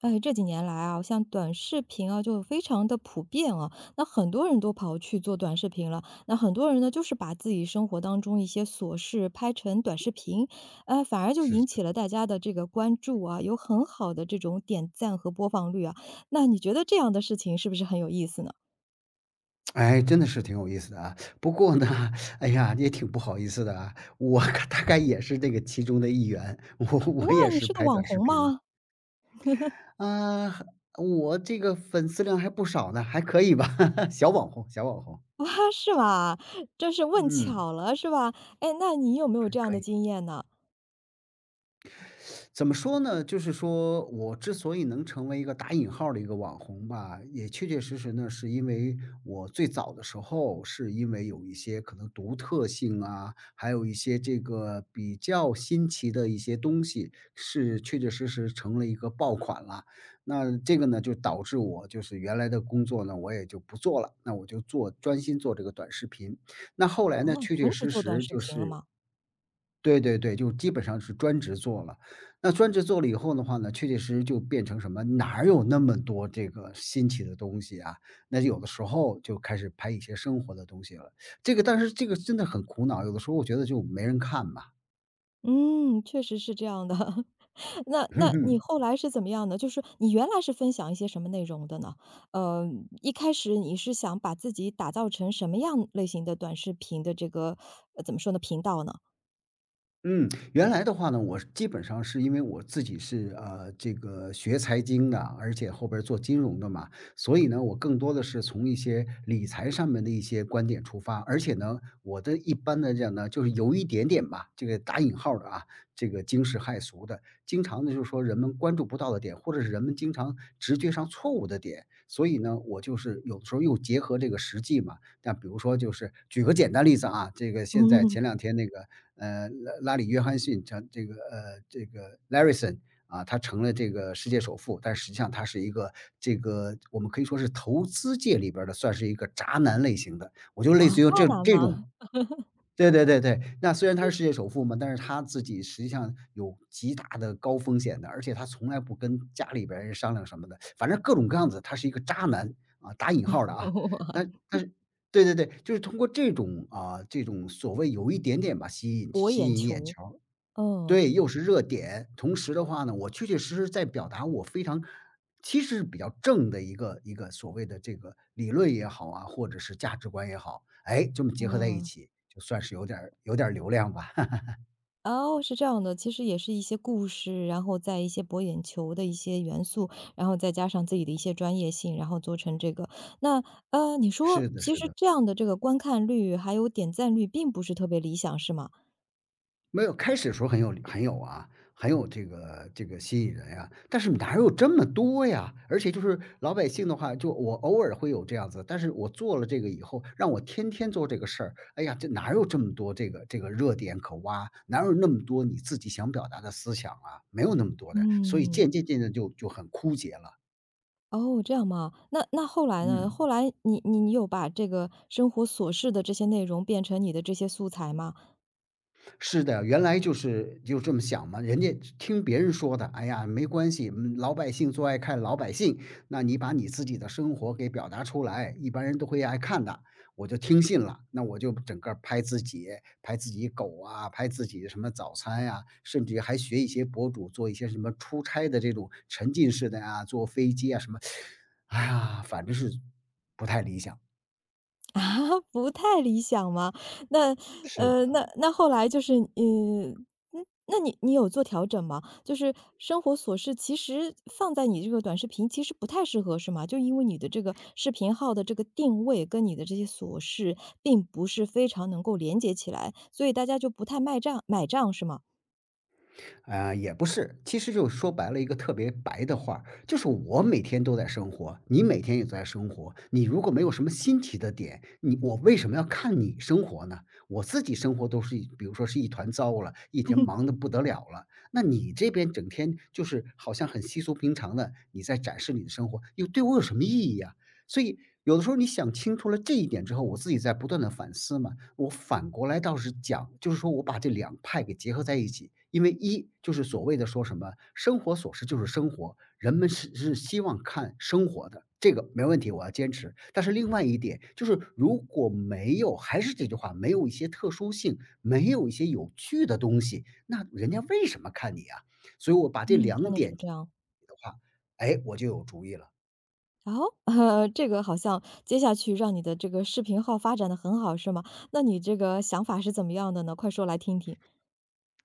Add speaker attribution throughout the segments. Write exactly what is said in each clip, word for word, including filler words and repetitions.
Speaker 1: 哎，这几年来啊，像短视频啊，就非常的普遍啊，那很多人都跑去做短视频了。那很多人呢，就是把自己生活当中一些琐事拍成短视频，呃，反而就
Speaker 2: 是是，
Speaker 1: 引起了大家的这个关注啊，有很好的这种点赞和播放率啊。那你觉得这样的事情是不是很有意思呢？
Speaker 2: 哎，真的是挺有意思的啊。不过呢，哎呀，也挺不好意思的啊。我 大概也是这个其中的一员，我
Speaker 1: 哇，
Speaker 2: 我也
Speaker 1: 你
Speaker 2: 是
Speaker 1: 是个
Speaker 2: 拍
Speaker 1: 网
Speaker 2: 短视
Speaker 1: 红
Speaker 2: 频的。
Speaker 1: 吗？
Speaker 2: 啊，我这个粉丝量还不少呢，还可以吧，小网红，小网红，
Speaker 1: 哇，是吧？真是问
Speaker 2: 嗯，
Speaker 1: 巧了，是吧？哎，那你有没有
Speaker 2: 还
Speaker 1: 这样
Speaker 2: 可
Speaker 1: 的
Speaker 2: 以。
Speaker 1: 经验呢？
Speaker 2: 怎么说呢？就是说我之所以能成为一个打引号儿的一个网红吧，也确确实实呢，是因为我最早的时候是因为有一些可能独特性啊，还有一些这个比较新奇的一些东西，是确确实实成了一个爆款了。那这个呢，就导致我就是原来的工作呢，我也就不做了，那我就做专心做这个短视频。那后来呢，
Speaker 1: 哦，
Speaker 2: 确
Speaker 1: 全
Speaker 2: 确
Speaker 1: 职
Speaker 2: 实
Speaker 1: 做短
Speaker 2: 实
Speaker 1: 视
Speaker 2: 就
Speaker 1: 频了
Speaker 2: 是
Speaker 1: 吗？
Speaker 2: 对对对，就基本上是专职做了。那专职做了以后的话呢，确确实实就变成什么，哪儿有那么多这个新奇的东西啊？那有的时候就开始拍一些生活的东西了。这个但是这个真的很苦恼，有的时候我觉得就没人看嘛。
Speaker 1: 嗯，确实是这样的。那那你后 来是怎么样的？就是你原来是分享一些什么内容的呢？呃，一开始你是想把自己打造成什么样类型的短视频的这个呃怎么说呢，频道呢？
Speaker 2: 嗯，原来的话呢，我基本上是因为我自己是呃这个学财经的，而且后边儿做金融的嘛，所以呢，我更多的是从一些理财上面的一些观点出发，而且呢，我的一般来讲呢，就是有一点点吧，这个打引号儿的啊，这个惊世骇俗的，经常呢就是说人们关注不到的点，或者是人们经常直觉上错误的点，所以呢，我就是有的时候又结合这个实际嘛，那比如说就是举个简单例子啊，这个现在
Speaker 1: 嗯
Speaker 2: 前两天那个呃拉里约翰逊这这个呃这个 Larryson 啊，他成了这个世界首富，但实际上他是一个这个我们可以说是投资界里边儿的算是一个渣男类型的，我就类
Speaker 1: 啊，
Speaker 2: 似于
Speaker 1: 渣
Speaker 2: 这
Speaker 1: 男
Speaker 2: 这种
Speaker 1: 吗？
Speaker 2: 对对对对，那虽然他是世界首富嘛，但是他自己实际上有极大的高风险的，而且他从来不跟家里边人商量什么的，反正各种各样子，他是一个渣男啊，打引号的啊。但 但是对对对，就是通过这种啊，这种所谓有一点点吧，吸引
Speaker 1: 博
Speaker 2: 吸
Speaker 1: 眼
Speaker 2: 引眼
Speaker 1: 球。
Speaker 2: 球
Speaker 1: 嗯，
Speaker 2: 对，又是热点，同时的话呢，我确确实实在表达我非常其实是比较正的一个一个所谓的这个理论也好啊，或者是价值观也好，哎，这么结合在一
Speaker 1: 嗯。
Speaker 2: 起，就算是有点儿有点儿流量吧。
Speaker 1: 哦，是这样的，其实也是一些故事，然后在一些博眼球的一些元素，然后再加上自己的一些专业性，然后做成这个。那，呃，你说
Speaker 2: 是的，
Speaker 1: 其
Speaker 2: 是
Speaker 1: 实
Speaker 2: 的。
Speaker 1: 这样的这个观看率还有点赞率并不是特别理想，是吗？
Speaker 2: 没有，开始的时候很有很有啊，很有这个这个吸引人呀，但是哪有这么多呀？而且就是老百姓的话，就我偶尔会有这样子，但是我做了这个以后，让我天天做这个事儿，哎呀，这哪有这么多这个这个热点可挖？哪有那么多你自己想表达的思想啊？没有那么多的，所以
Speaker 1: 嗯，
Speaker 2: 渐渐渐渐就就很枯竭了。
Speaker 1: 哦，这样吗？那那后来呢？
Speaker 2: 嗯。
Speaker 1: 后来你你你有把这个生活琐事的这些内容变成你的这些素材吗？
Speaker 2: 是的，原来就是就这么想嘛，人家听别人说的，哎呀，没关系，嗯老百姓最爱看老百姓，那你把你自己的生活给表达出来，一般人都会爱看的，我就听信了，那我就整个拍自己，拍自己狗啊，拍自己的什么早餐呀、甚至还学一些博主做一些什么出差的这种沉浸式的呀、坐飞机啊什么，哎呀，反正是不太理想，
Speaker 1: 啊，不太理想吗？那
Speaker 2: 是
Speaker 1: 呃，
Speaker 2: 的
Speaker 1: 那那后来就是，嗯，嗯，那你你有做调整吗？就是生活琐事其实放在你这个短视频其实不太适合是吗？就因为你的这个视频号的这个定位跟你的这些琐事并不是非常能够连接起来，所以大家就不太卖账买账是吗？
Speaker 2: 啊，也不是，其实就说白了一个特别白的话就是我每天都在生活，你每天也在生活。你如果没有什么新奇的点，你我为什么要看你生活呢？我自己生活都是一比如说是一团糟了，一天 忙得不得了了。那你这边整天就是好像很稀松平常的，你在展示你的生活，又对我有什么意义呀？所以有的时候你想清楚了这一点之后，我自己在不断的反思嘛，我反过来倒是讲，就是说我把这两派给结合在一起。因为一就是所谓的说什么"生活琐事就是生活"，人们是是希望看生活的，这个没问题，我要坚持。但是另外一点就是，如果没有还是这句话，没有一些特殊性，没有一些有趣的东西，那人家为什么看你啊？所以我把这
Speaker 1: 嗯，真
Speaker 2: 两
Speaker 1: 的是
Speaker 2: 点
Speaker 1: 这样。
Speaker 2: 的话，哎，我就有主意了。
Speaker 1: 然后 呃，这个好像接下去让你的这个视频号发展的很好是吗？那你这个想法是怎么样的呢？快说来听听。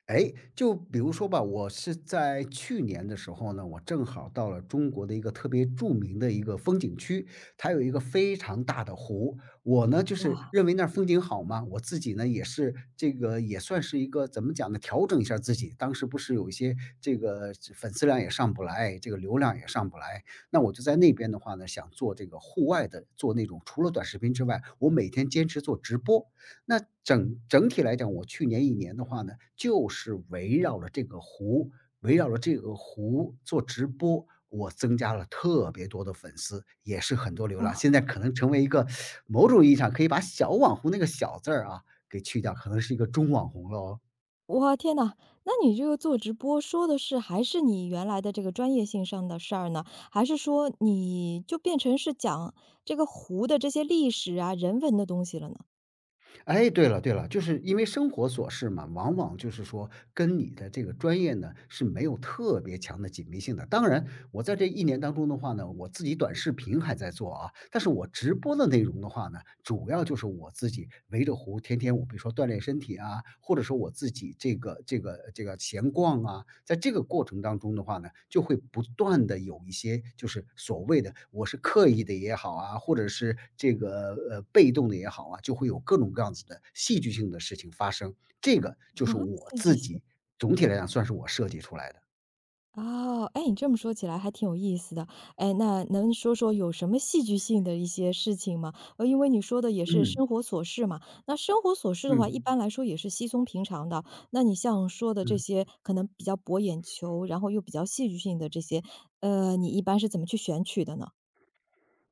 Speaker 2: 哎，就比如说吧，我是在去年的时候呢，我正好到了中国的一个特别著名的一个风景区，它有一个非常大的湖。我呢，就是
Speaker 1: 哇，
Speaker 2: 认为那儿风景好嘛，我自己呢也是这个也算是一个怎么讲呢，调整一下自己。当时不是有一些这个粉丝量也上不来，这个流量也上不来，那我就在那边的话呢，想做这个户外的，做那种除了短视频之外，我每天坚持做直播。那整整体来讲，我去年一年的话呢，就是围绕了这个湖，围绕了这个湖做直播，我增加了特别多的粉丝，也是很多流量。
Speaker 1: 哇，
Speaker 2: 现在可能成为一个某种意义上可以把小网红那个小字儿啊给去掉，可能是一个中网红了哦。
Speaker 1: 哇，天呐，那你这个做直播说的是还是你原来的这个专业性上的事儿呢？还是说你就变成是讲这个湖的这些历史啊、人文的东西了呢？
Speaker 2: 哎，对了对了，就是因为生活琐事嘛，往往就是说跟你的这个专业呢是没有特别强的紧密性的。当然，我在这一年当中的话呢，我自己短视频还在做啊，但是我直播的内容的话呢，主要就是我自己围着湖天天我比如说锻炼身体啊，或者说我自己这个这个这个闲逛啊，在这个过程当中的话呢，就会不断的有一些就是所谓的我是刻意的也好啊，或者是这个，呃，被动的也好啊，就会有各种各样子的戏剧性的事情发生。这个就是 我
Speaker 1: 戏剧
Speaker 2: 自
Speaker 1: 性。
Speaker 2: 己总体来讲算是我设计出来的。
Speaker 1: 哦，哎，你这么说起来还挺有意思的。哎，那能说说有什么戏剧性的一些事情吗？呃，因为你说的也是
Speaker 2: 嗯，
Speaker 1: 生活琐事嘛，那生活琐事的话，一
Speaker 2: 嗯，
Speaker 1: 般来说也是稀松平常的。那你像说的这
Speaker 2: 嗯。
Speaker 1: 些可能比较博眼球，然后又比较戏剧性的这些，呃，你一般是怎么去选取的呢？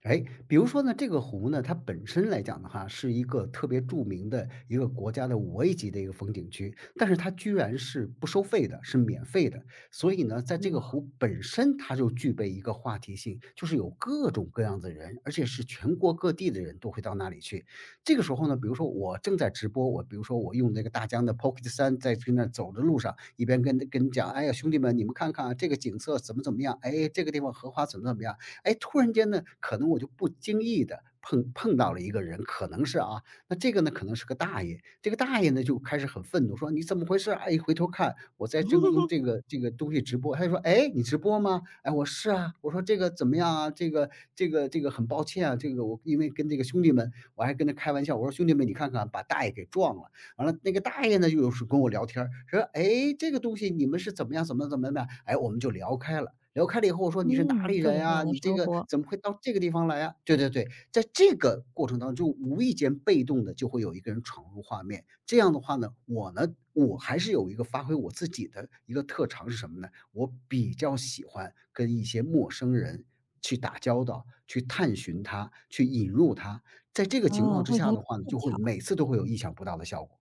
Speaker 2: 哎，比如说呢，这个湖呢，它本身来讲的话，是一个特别著名的一个国家的五 A 级的一个风景区，但是它居然是不收费的，是免费的。所以呢，在这个
Speaker 1: 哇，
Speaker 2: 湖本身，它就具备一个话题性，就是有各种各样的人，而且是全国各地的人都会到那里去。这个时候呢，比如说我正在直播，我比如说我用那个大疆的 Pocket 三在去那儿走的路上，一边跟跟你讲，哎呀，兄弟们，你们看看啊，这个景色怎么怎么样？哎，这个地方荷花怎么怎么样？哎，突然间呢，可能我就不经意的碰碰到了一个人，可能是啊，那这个呢，可能是个大爷，这个大爷呢，就开始很愤怒，说："你怎么回事？"哎，一回头看，我在正用这 个这个东西直播，他就说："哎，你直播吗？"哎，我"是啊。"我说："这个怎么样啊？这个这个这个很抱歉啊，这个我因为跟这个兄弟们，我还跟他开玩笑，我说：'兄弟们，你看看，把大爷给撞了。'完了，那个大爷呢，又是跟我聊天儿说：'哎，这个东西你们是怎么样，怎么怎么的？么样哎，我们就聊开了。聊开了以后，我说："你是哪
Speaker 1: 嗯，
Speaker 2: 里
Speaker 1: 各
Speaker 2: 人
Speaker 1: 种各
Speaker 2: 呀？
Speaker 1: 样的
Speaker 2: 你这
Speaker 1: 生
Speaker 2: 个
Speaker 1: 活，
Speaker 2: 怎么会到这个地方来呀？对对对，在这个过程当中，无意间被动的就会有一个人闯入画面。这样的话呢，我呢，我还是有一个发挥我自己的一个特长是什么呢？我比较喜欢跟一些陌生人去打交道，去探寻他，去引入他。在这个情
Speaker 1: 啊，
Speaker 2: 况之
Speaker 1: 会很
Speaker 2: 下
Speaker 1: 有
Speaker 2: 的话呢，
Speaker 1: 技
Speaker 2: 就会
Speaker 1: 巧。
Speaker 2: 每次都会有意想不到的效果。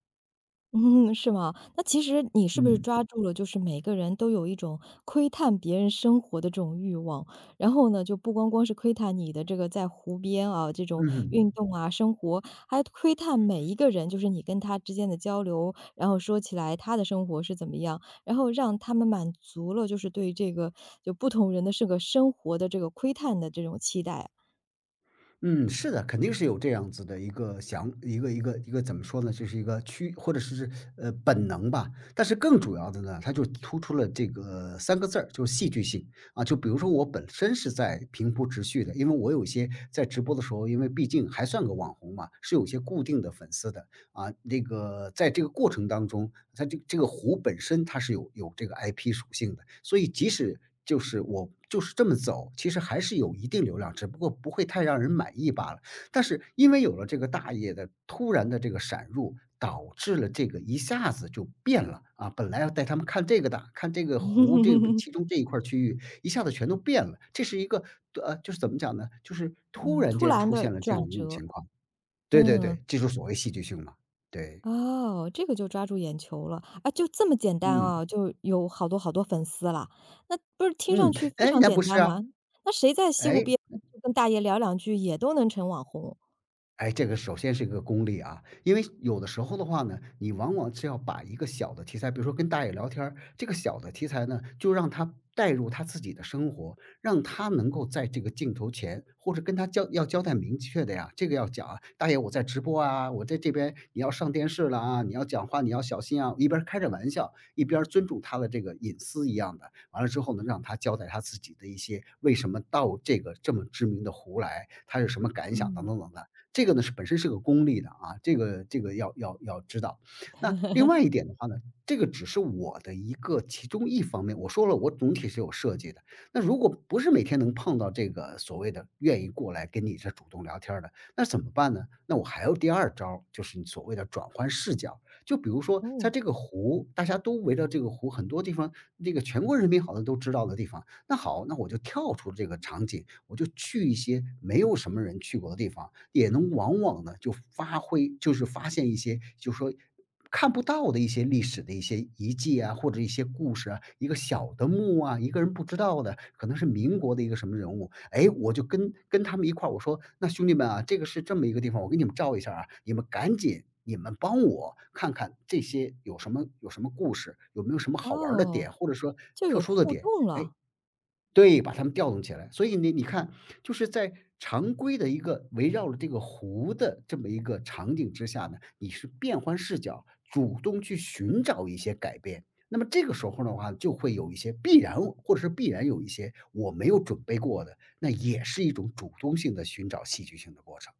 Speaker 1: 嗯，是吗？那其实你是不是
Speaker 2: 嗯，
Speaker 1: 抓住了，就是每个人都有一种窥探别人生活的这种欲望，然后呢，就不光光是窥探你的这个在湖边啊，这种
Speaker 2: 嗯
Speaker 1: 运动啊，生活，还窥探每一个人，就是你跟他之间的交流，然后说起来他的生活是怎么样，然后让他们满足了，就是对这个就不同人的这个生活的这个窥探的这种期待啊。
Speaker 2: 嗯，是的，肯定是有这样子的一个想一个一个一个怎么说呢？就是一个趋或者是呃本能吧。但是更主要的呢，它就突出了这个三个字儿，就是戏剧性啊。就比如说我本身是在平铺直叙的，因为我有一些在直播的时候，因为毕竟还算个网红嘛，是有一些固定的粉丝的。啊，那个在这个过程当中，它这个这个湖本身它是有有这个 I P 属性的，所以即使就是我就是这么走，其实还是有一定流量，只不过不会太让人满意罢了。但是因为有了这个大爷的突然的这个闪入，导致了这个一下子就变了啊！本来要带他们看这个的，看这个湖这个 其中这一块儿区域，一下子全都变了。这是一个呃，就是怎么讲呢？就是突
Speaker 1: 嗯，
Speaker 2: 然
Speaker 1: 突
Speaker 2: 间
Speaker 1: 然
Speaker 2: 出
Speaker 1: 的
Speaker 2: 现了这样
Speaker 1: 转
Speaker 2: 一种
Speaker 1: 折，
Speaker 2: 情况。对对
Speaker 1: 嗯。
Speaker 2: 对，记住所谓戏剧性嘛，对，
Speaker 1: 哦，这个就抓住眼球了。啊，就这么简单
Speaker 2: 嗯，
Speaker 1: 啊，就有好多好多粉丝了。那不是听上
Speaker 2: 嗯，
Speaker 1: 去非
Speaker 2: 哎，
Speaker 1: 常
Speaker 2: 那不
Speaker 1: 简
Speaker 2: 是
Speaker 1: 单
Speaker 2: 啊，
Speaker 1: 吗？那谁在西湖
Speaker 2: 哎。
Speaker 1: 边跟大爷聊两句也都能成网红。
Speaker 2: 哎，这个首先是一个功力啊，因为有的时候的话呢，你往往是要把一个小的题材，比如说跟大爷聊天儿，这个小的题材呢，就让他带入他自己的生活，让他能够在这个镜头前，或者跟他交要交代明确的呀，这个要讲啊，大爷我在直播啊，我在这边你要上电视了啊，你要讲话你要小心啊，一边儿开着玩笑，一边儿尊重他的这个隐私一样的。完了之后呢，让他交代他自己的一些为什么到这个这么知名的湖来，他有什么感想等
Speaker 1: 嗯。
Speaker 2: 等等等。这个呢是本身是个功利的啊，这个这个要要要知道。那另外一点的话呢，这个只是我的一个其中一方面，我说了，我总体是有设计的。那如果不是每天能碰到这个所谓的愿意过来跟你这主动聊天儿的，那怎么办呢？那我还有第二招儿就是你所谓的转换视角。就比如说在
Speaker 1: 哦，
Speaker 2: 这个湖，大家都围着这个湖，很多地方这个全国人民好像都知道的地方。那好，那我就跳出这个场景，我就去一些没有什么人去过的地方，也能往往呢就发挥，就是发现一些，就是说看不到的一些历史的一些遗迹啊，或者一些故事啊，一个小的墓啊，一个人不知道的，可能是民国的一个什么人物，哎，我就跟跟他们一块儿我说那兄弟们啊，这个是这么一个地方，我给你们照一下啊，你们赶紧。你们帮我看看这些有什么有什么故事，有没有什么好玩儿的
Speaker 1: 哦，
Speaker 2: 点，或者说
Speaker 1: 就
Speaker 2: 特
Speaker 1: 有
Speaker 2: 殊的
Speaker 1: 互
Speaker 2: 点？
Speaker 1: 动
Speaker 2: 哎，
Speaker 1: 了。
Speaker 2: 对，把它们调动起来。所以你你看，就是在常规的一个围绕着这个湖的这么一个场景之下呢，你是变换视角，主动去寻找一些改变。那么这个时候的话，就会有一些必然或者是必然有一些我没有准备过的，那也是一种主动性的寻找戏剧性的过程。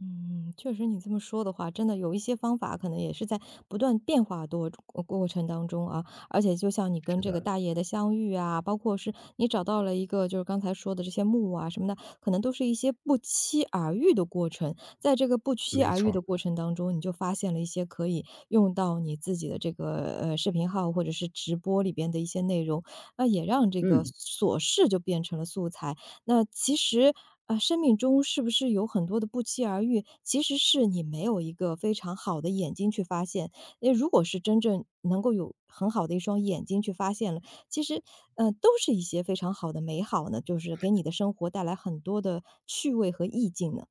Speaker 1: 嗯，确实你这么说的话，真的有一些方法可能也是在不断变化多过过程当中啊，而且就像你跟
Speaker 2: 是
Speaker 1: 这个
Speaker 2: 的，
Speaker 1: 大爷的相遇啊，包括是你找到了一个就是刚才说的这些木啊什么的，可能都是一些不期而遇的过程。在这个不期
Speaker 2: 没
Speaker 1: 而遇
Speaker 2: 错儿
Speaker 1: 的过程当中，你就发现了一些可以用到你自己的这个呃视频号或者是直播里边的一些内容，那也让这个
Speaker 2: 嗯。
Speaker 1: 琐事就变成了素材，那其实，呃，生命中是不是有很多的不期而遇，其实是你没有一个非常好的眼睛去发现。那如果是真正能够有很好的一双眼睛去发现了，其实，呃，都是一些非常好的美好呢，就是给你的生活带来很多的趣味和意境呢。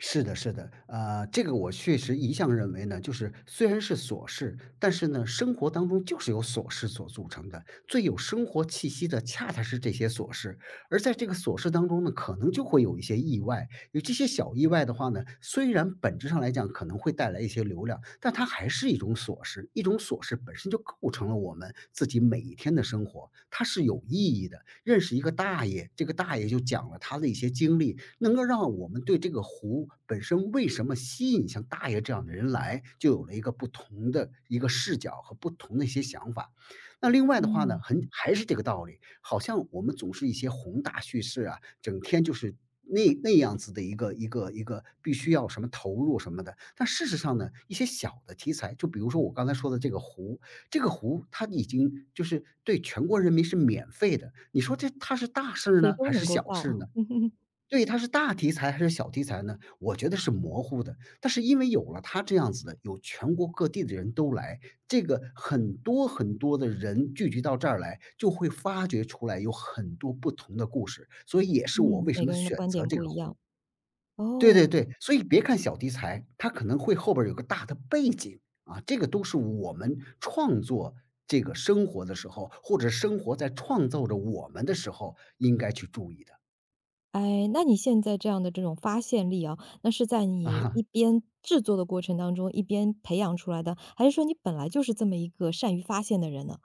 Speaker 2: 是的，是的，呃，这个我确实一向认为呢，就是虽然是琐事，但是呢，生活当中就是由琐事所组成的，最有生活气息的恰恰是这些琐事。而在这个琐事当中呢，可能就会有一些意外，有这些小意外的话呢，虽然本质上来讲可能会带来一些流量，但它还是一种琐事，一种琐事本身就构成了我们自己每一天的生活，它是有意义的。认识一个大爷，这个大爷就讲了他的一些经历，能够让我们对这个湖本身为什么吸引像大爷这样的人来，就有了一个不同的一个视角和不同的一些想法。那另外的话呢，
Speaker 1: 嗯，
Speaker 2: 很还是这个道理，好像我们总是一些宏大叙事啊，整天就是那那样子的一个一个一个必须要什么投入什么的。但事实上呢，一些小的题材，就比如说我刚才说的这个湖，这个湖它已经就是对全国人民是免费的，你说这它是大事儿
Speaker 1: 谁
Speaker 2: 呢，
Speaker 1: 都
Speaker 2: 还
Speaker 1: 能
Speaker 2: 是
Speaker 1: 够
Speaker 2: 小事
Speaker 1: 到。
Speaker 2: 呢？对，它是大题材还是小题材呢？我觉得是模糊的。但是因为有了它这样子的，有全国各地的人都来，这个很多很多的人聚集到这儿来，就会发掘出来有很多不同的故事，所以也是我
Speaker 1: 嗯，
Speaker 2: 为什
Speaker 1: 每
Speaker 2: 么
Speaker 1: 个人的
Speaker 2: 选
Speaker 1: 观
Speaker 2: 择
Speaker 1: 点
Speaker 2: 这
Speaker 1: 不
Speaker 2: 个
Speaker 1: 一样，
Speaker 2: 湖。对对
Speaker 1: 哦。
Speaker 2: 对，所以别看小题材，它可能会后边儿有个大的背景，啊，这个都是我们创作这个生活的时候，或者生活在创造着我们的时候，应该去注意的。
Speaker 1: 哎，那你现在这样的这种发现力啊，那是在你
Speaker 2: 啊。
Speaker 1: 一边制作的过程当中，一边培养出来的，还是说你本来就是这么一个善于发现的人呢？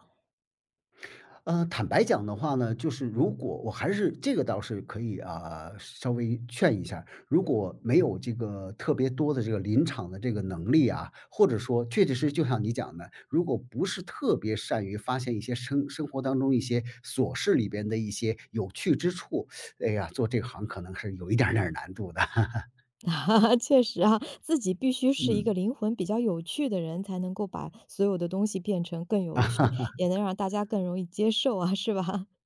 Speaker 2: 呃，坦白讲的话呢，就是如果我还是这个倒是可以啊，稍微劝一下。如果没有这个特别多的这个临场的这个能力啊，或者说确确实实就像你讲的，如果不是特别善于发现一些生生活当中一些琐事里边的一些有趣之处，哎呀，做这行可能是有一点儿点儿难度的。
Speaker 1: 确实啊，自己必须是一个
Speaker 2: 嗯，
Speaker 1: 灵魂比较有趣的人，才能够把所有的东西变成更有趣，
Speaker 2: 啊，
Speaker 1: 也能让大家更容易接受啊，是吧？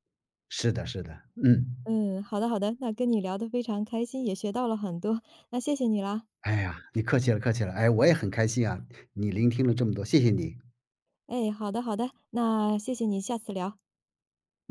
Speaker 2: 是的，是的，嗯。
Speaker 1: 嗯，好的好的，那跟你聊得非常开心，也学到了很多，那谢谢你啦。
Speaker 2: 哎呀，你客气了，客气了。哎，我也很开心啊，你聆听了这么多，谢谢你。
Speaker 1: 哎，好的好的，那谢谢你，下次聊。